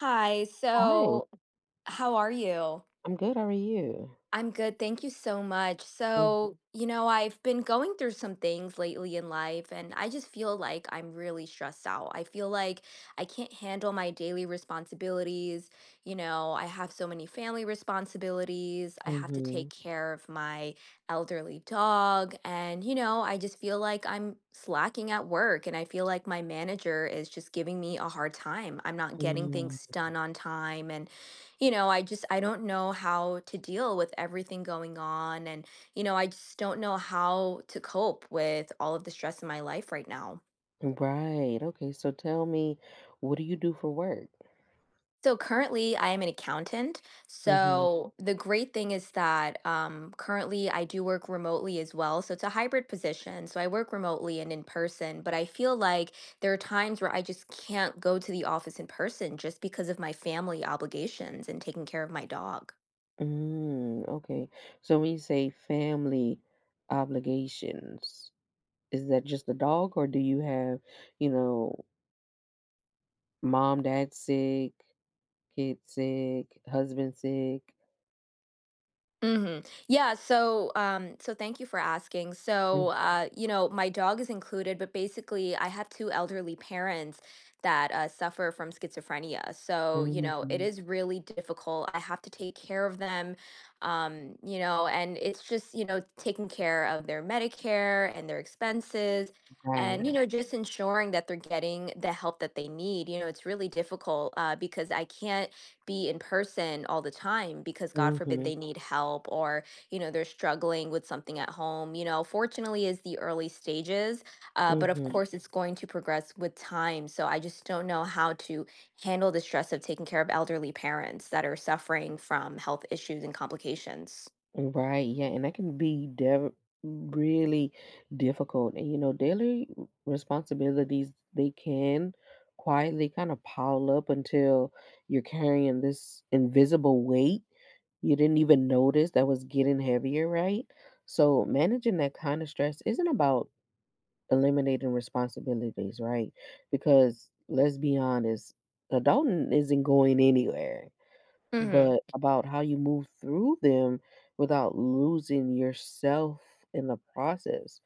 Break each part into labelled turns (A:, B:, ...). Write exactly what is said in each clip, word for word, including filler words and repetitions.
A: Hi,
B: Hi,
A: so how are you?
B: I'm good. How are you?
A: I'm good, thank you so much.
B: Mhm,
A: So, you know, I've been going through some things lately in life, and I just feel like I'm really stressed out. I feel like I can't handle my daily responsibilities. You know, I have so many family responsibilities. I have to take
B: mhm,
A: care of my elderly dog, and, you know, I just feel like I'm slacking at work, and I feel like my manager is just giving me a hard time. I'm not getting Mhm. things
B: mm.
A: done on time, and you know, I just I don't know how to deal with everything going on, and you know, I just don't know how to cope with all of the stress in my life right now.
B: Right. Okay. So tell me, what do you do for work?
A: So currently I am an accountant.
B: Mm-hmm.
A: So the great thing is that um currently I do work remotely as well. So it's a hybrid position. So I work remotely and in person, but I feel like there are times where I just can't go to the office in person just because of my family obligations and taking care of my dog.
B: Mm, okay. So when you say family obligations, is that just the dog, or do you have, you know, mom, dad sick, kid sick, husband sick?
A: Hmm. Yeah, so um so thank you for asking. So uh you know, my dog is included, but basically I have two elderly parents that uh suffer from schizophrenia. So, you know, it
B: Mm-hmm.
A: is really difficult. I have to take care of them. Um, you know, and it's just, you know, taking care of their Medicare and their expenses, and you
B: Right.
A: know, just ensuring that they're getting the help that they need. You know, it's really difficult uh because I can't be in person all the time because God forbid
B: Mm-hmm.
A: they need help, or you know they're struggling with something at home. You know, fortunately is the early stages, uh, but of
B: Mm-hmm.
A: course it's going to progress with time, so I just don't know how to handle the stress of taking care of elderly parents that are suffering from health issues and complications.
B: Right, yeah, and that can be dev really difficult. And you know, daily responsibilities they can quietly kind of pile up until you're carrying this invisible weight you didn't even notice that was getting heavier, right? So managing that kind of stress isn't about eliminating responsibilities, right? Because let's be honest, adulting isn't going anywhere but about how you move through them without losing yourself in the process.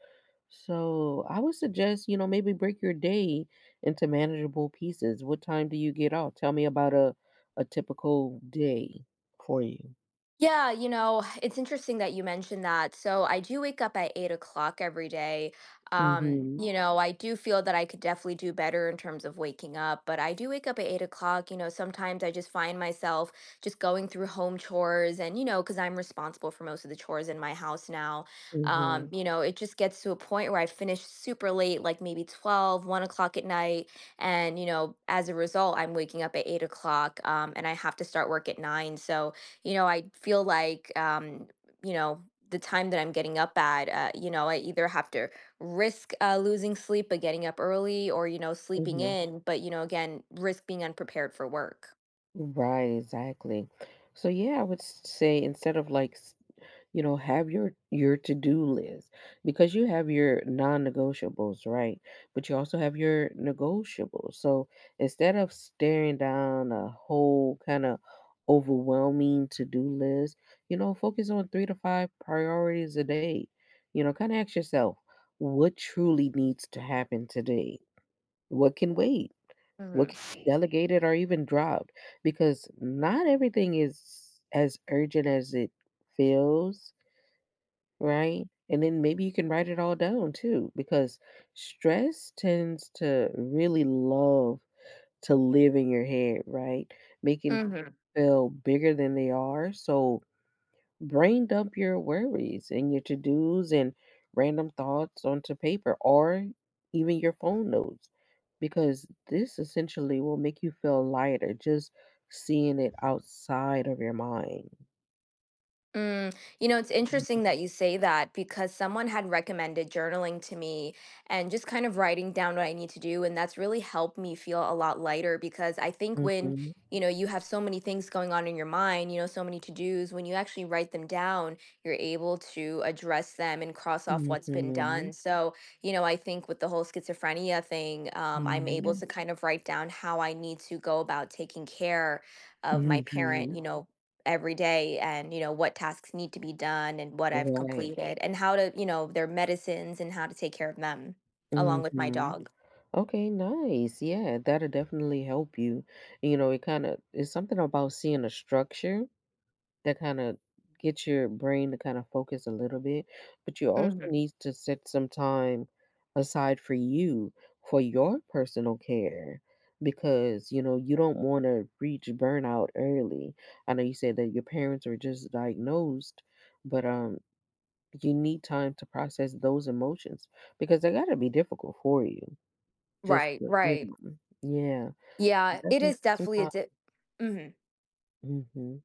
B: So I would suggest, you know, maybe break your day into manageable pieces. What time do you get off? Tell me about a, a typical day for you.
A: Yeah, you know, it's interesting that you mentioned that. So I do wake up at eight o'clock every day. Um,
B: Mm-hmm.
A: you know, I do feel that I could definitely do better in terms of waking up, but I do wake up at eight o'clock. You know, sometimes I just find myself just going through home chores and, you know, because I'm responsible for most of the chores in my house now. Um,
B: Mm-hmm.
A: you know, it just gets to a point where I finish super late, like maybe twelve, one o'clock at night. And, you know, as a result, I'm waking up at eight o'clock, um, and I have to start work at nine. So, you know, I feel like, um, you know, the time that I'm getting up at, uh, you know, I either have to risk uh, losing sleep by getting up early, or, you know, sleeping
B: Mm-hmm.
A: in, but, you know, again, risk being unprepared for work.
B: Right, exactly. So yeah, I would s- say, instead of like, you know, have your your to-do list, because you have your non-negotiables, right, but you also have your negotiables. So instead of staring down a whole kind of overwhelming to-do list, you know, focus on three to five priorities a day. You know, kind of ask yourself, what truly needs to happen today, what can wait, what
A: Mm-hmm.
B: can be delegated or even dropped, because not everything is as urgent as it feels, right? And then maybe you can write it all down too, because stress tends to really love to live in your head, right? Making feel bigger than they are. So brain dump your worries and your to-dos and random thoughts onto paper or even your phone notes, because this essentially will make you feel lighter just seeing it outside of your mind.
A: Mm, you know, it's interesting that you say that because someone had recommended journaling to me and just kind of writing down what I need to do. And that's really helped me feel a lot lighter because I think when,
B: Hmm.
A: you know, you have so many things going on in your mind, you know, so many to-dos, when you actually write them down, you're able to address them and cross off what's been
B: Hmm.
A: done. So, you know, I think with the whole schizophrenia thing, um, I'm able
B: Hmm.
A: to kind of write down how I need to go about taking care of my parent,
B: Mhm.
A: you know, every day, and you know what tasks need to be done and what I've
B: Right.
A: completed and how to you know their medicines and how to take care of them along with my
B: Mhm.
A: dog.
B: Okay, nice. Yeah, that'll definitely help you. You know, it kind of it's something about seeing a structure that kind of gets your brain to kind of focus a little bit, but you also
A: Mhm.
B: need to set some time aside for you, for your personal care, because, you know, you don't want to reach burnout early. I know you said that your parents were just diagnosed, but um you need time to process those emotions because they gotta be difficult for you. Just
A: Right,
B: to, you
A: right.
B: know, yeah.
A: Yeah, it
B: Definitely
A: is
B: take some
A: definitely a
B: time.
A: di- Mhm.
B: Mhm.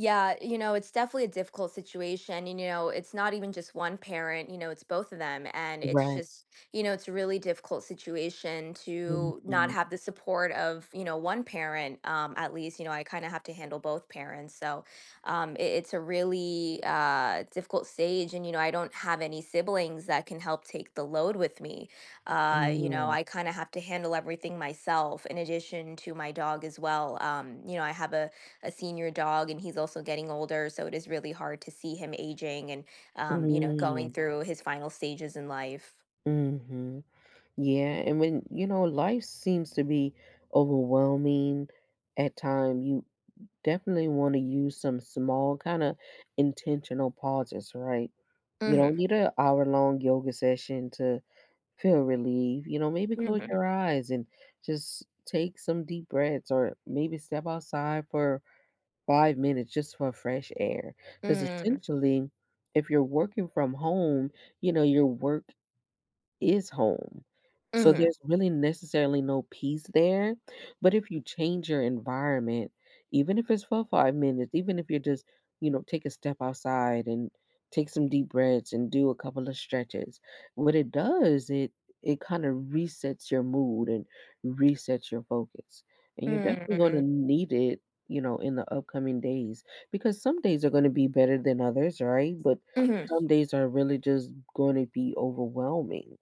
A: Yeah, you know, it's definitely a difficult situation. And, you know, it's not even just one parent, you know, it's both of them. And it's
B: Right.
A: just, you know, it's a really difficult situation to not
B: Mhm.
A: have the support of, you know, one parent, um, at least, you know, I kind of have to handle both parents. So um, it, it's a really uh, difficult stage. And, you know, I don't have any siblings that can help take the load with me. Uh, you know,
B: Mm.
A: I kind of have to handle everything myself in addition to my dog as well. Um, you know, I have a a senior dog and he's also getting older, so it is really hard to see him aging and, um, you know, going
B: Mm.
A: through his final stages in life.
B: Mhm. Yeah, and when, you know, life seems to be overwhelming at time, you definitely wanna use some small, kinda intentional pauses, right? You don't
A: Mhm.
B: need an hour-long yoga session to feel relieved. You know, maybe close
A: Mhm.
B: your eyes and just take some deep breaths or maybe step outside for five minutes just for fresh air. Because
A: Mm.
B: essentially, if you're working from home, you know, your work is home. So
A: Mhm.
B: there's really necessarily no peace there. But if you change your environment, even if it's for five minutes, even if you're just, you know, take a step outside and take some deep breaths and do a couple of stretches, what it does, it it kind of resets your mood and resets your focus. And you're definitely going to
A: Mm.
B: need it, you know, in the upcoming days, because some days are going to be better than others, right? But
A: Mhm.
B: some days are really just going to be overwhelming.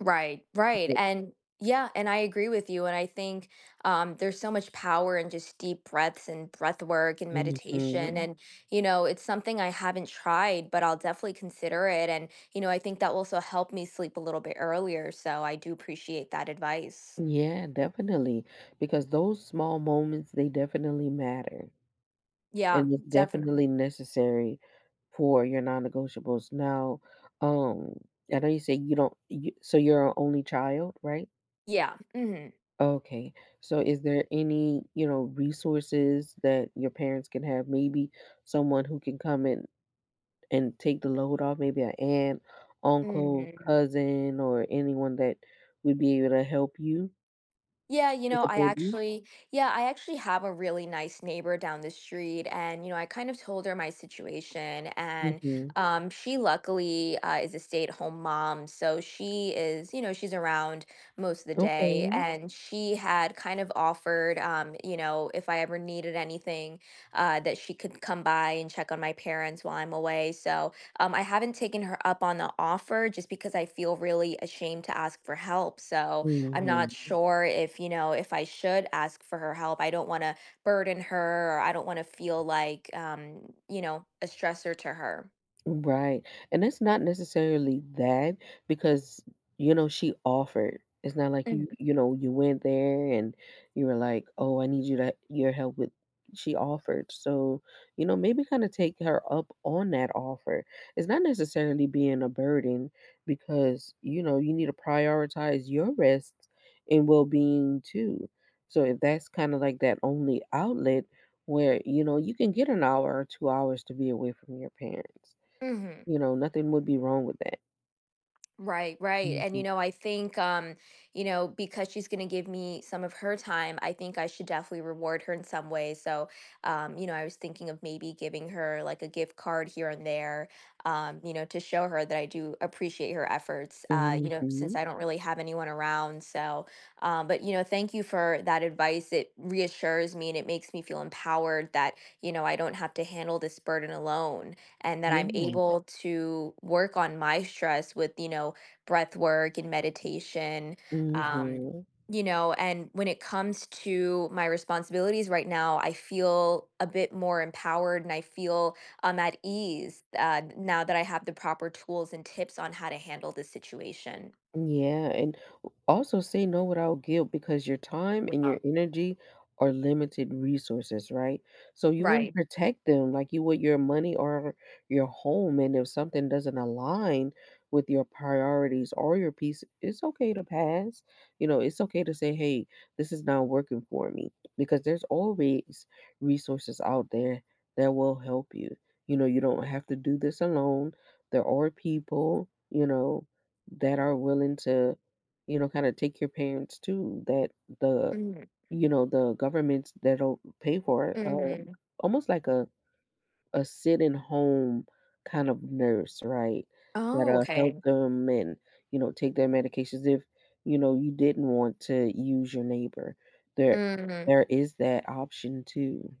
A: Right. Right. And yeah, and I agree with you, and I think um there's so much power in just deep breaths and breath work and meditation,
B: Mhm.
A: and you know, it's something I haven't tried, but I'll definitely consider it, and you know, I think that will also help me sleep a little bit earlier, so I do appreciate that advice.
B: Yeah, definitely. Because those small moments, they definitely matter.
A: Yeah,
B: And it's
A: definitely.
B: definitely necessary for your non-negotiables. Now, um, I know you say you don't you, so you're an only child, right?
A: Yeah, mhm,
B: Okay. So is there any, you know, resources that your parents can have? Maybe someone who can come in and take the load off, maybe an aunt, uncle,
A: mhm.
B: cousin, or anyone that would be able to help you
A: Yeah, you
B: to
A: know, I
B: support you?
A: actually, yeah, I actually have a really nice neighbor down the street, and you know, I kind of told her my situation, and
B: Mhm.
A: um, she luckily uh, is a stay-at-home mom, so she is, you know, she's around most of the day,
B: Okay.
A: and she had kind of offered, um, you know, if I ever needed anything, uh, that she could come by and check on my parents while I'm away. So, um, I haven't taken her up on the offer just because I feel really ashamed to ask for help. So I'm not
B: Mhm.
A: sure if, you know, if I should ask for her help. I don't want to burden her, or I don't want to feel like, um, you know, a stressor to her.
B: Right. And it's not necessarily that because, you know, she offered. It's not like you, you know, you went there and you were like, oh, I need you to your help with, she offered. So, you know, maybe kind of take her up on that offer. It's not necessarily being a burden because, you know, you need to prioritize your rest and well being too. So if that's kind of like that only outlet where, you know, you can get an hour or two hours to be away from your parents.
A: Mm-hmm.
B: You know, nothing would be wrong with that.
A: Right, right. And you
B: Mhm.
A: know, I think, um, you know, because she's going to give me some of her time, I think I should definitely reward her in some way. So, um, you know, I was thinking of maybe giving her like a gift card here and there, um, you know, to show her that I do appreciate her efforts. Uh, you know, since
B: Mhm.
A: I don't really have anyone around. So, um, but you know, thank you for that advice. It reassures me and it makes me feel empowered that, you know, I don't have to handle this burden alone and that I'm
B: Yeah.
A: able to work on my stress with, you know, breath work and meditation. Yeah. Um,
B: Mhm.
A: you know, and when it comes to my responsibilities right now, I feel a bit more empowered and I feel, um, at ease uh, now that I have the proper tools and tips on how to handle this situation.
B: Yeah, and also say no without guilt because your time and
A: Yeah.
B: your energy are limited resources, right? So you want to
A: Right.
B: protect them like you would your money or your home. And if something doesn't align with your priorities or your peace, it's okay to pass. You know, it's okay to say, hey, this is not working for me, because there's always resources out there that will help you. You know, you don't have to do this alone. There are people, you know, that are willing to, you know, kind of take your parents too. That the,
A: Mm,
B: you know, the governments that'll pay for it, um,
A: mm.
B: almost like a a sit in home kind of nurse, right?
A: Oh,
B: That'll help
A: okay.
B: them and you know take their medications if you know you didn't want to use your neighbor. There,
A: Mm-hmm.
B: there is that option too.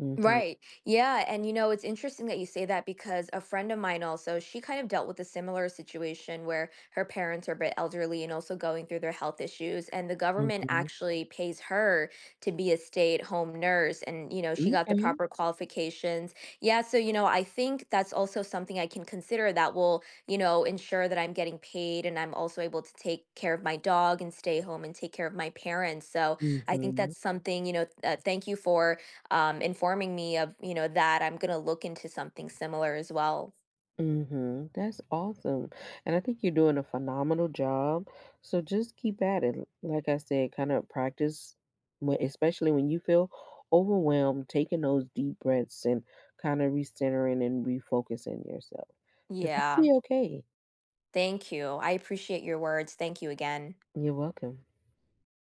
B: Mm-hmm.
A: Right. Yeah. And you know, it's interesting that you say that because a friend of mine also, she kind of dealt with a similar situation where her parents are a bit elderly and also going through their health issues. And the government
B: Mm-hmm.
A: actually pays her to be a stay-at-home nurse. And, you know, she got the
B: Okay.
A: proper qualifications. Yeah. So, you know, I think that's also something I can consider that will, you know, ensure that I'm getting paid and I'm also able to take care of my dog and stay home and take care of my parents. So I think
B: Mm-hmm.
A: that's something, you know, th- uh, thank you for um, informing me of, you know, that I'm going to look into something similar as well.
B: Mhm. That's awesome. And I think you're doing a phenomenal job. So just keep at it. Like I said, kind of practice when, especially when you feel overwhelmed, taking those deep breaths and kind of recentering and refocusing yourself. Because it'll
A: Yeah.
B: be okay.
A: Thank you. I appreciate your words. Thank you again.
B: You're welcome.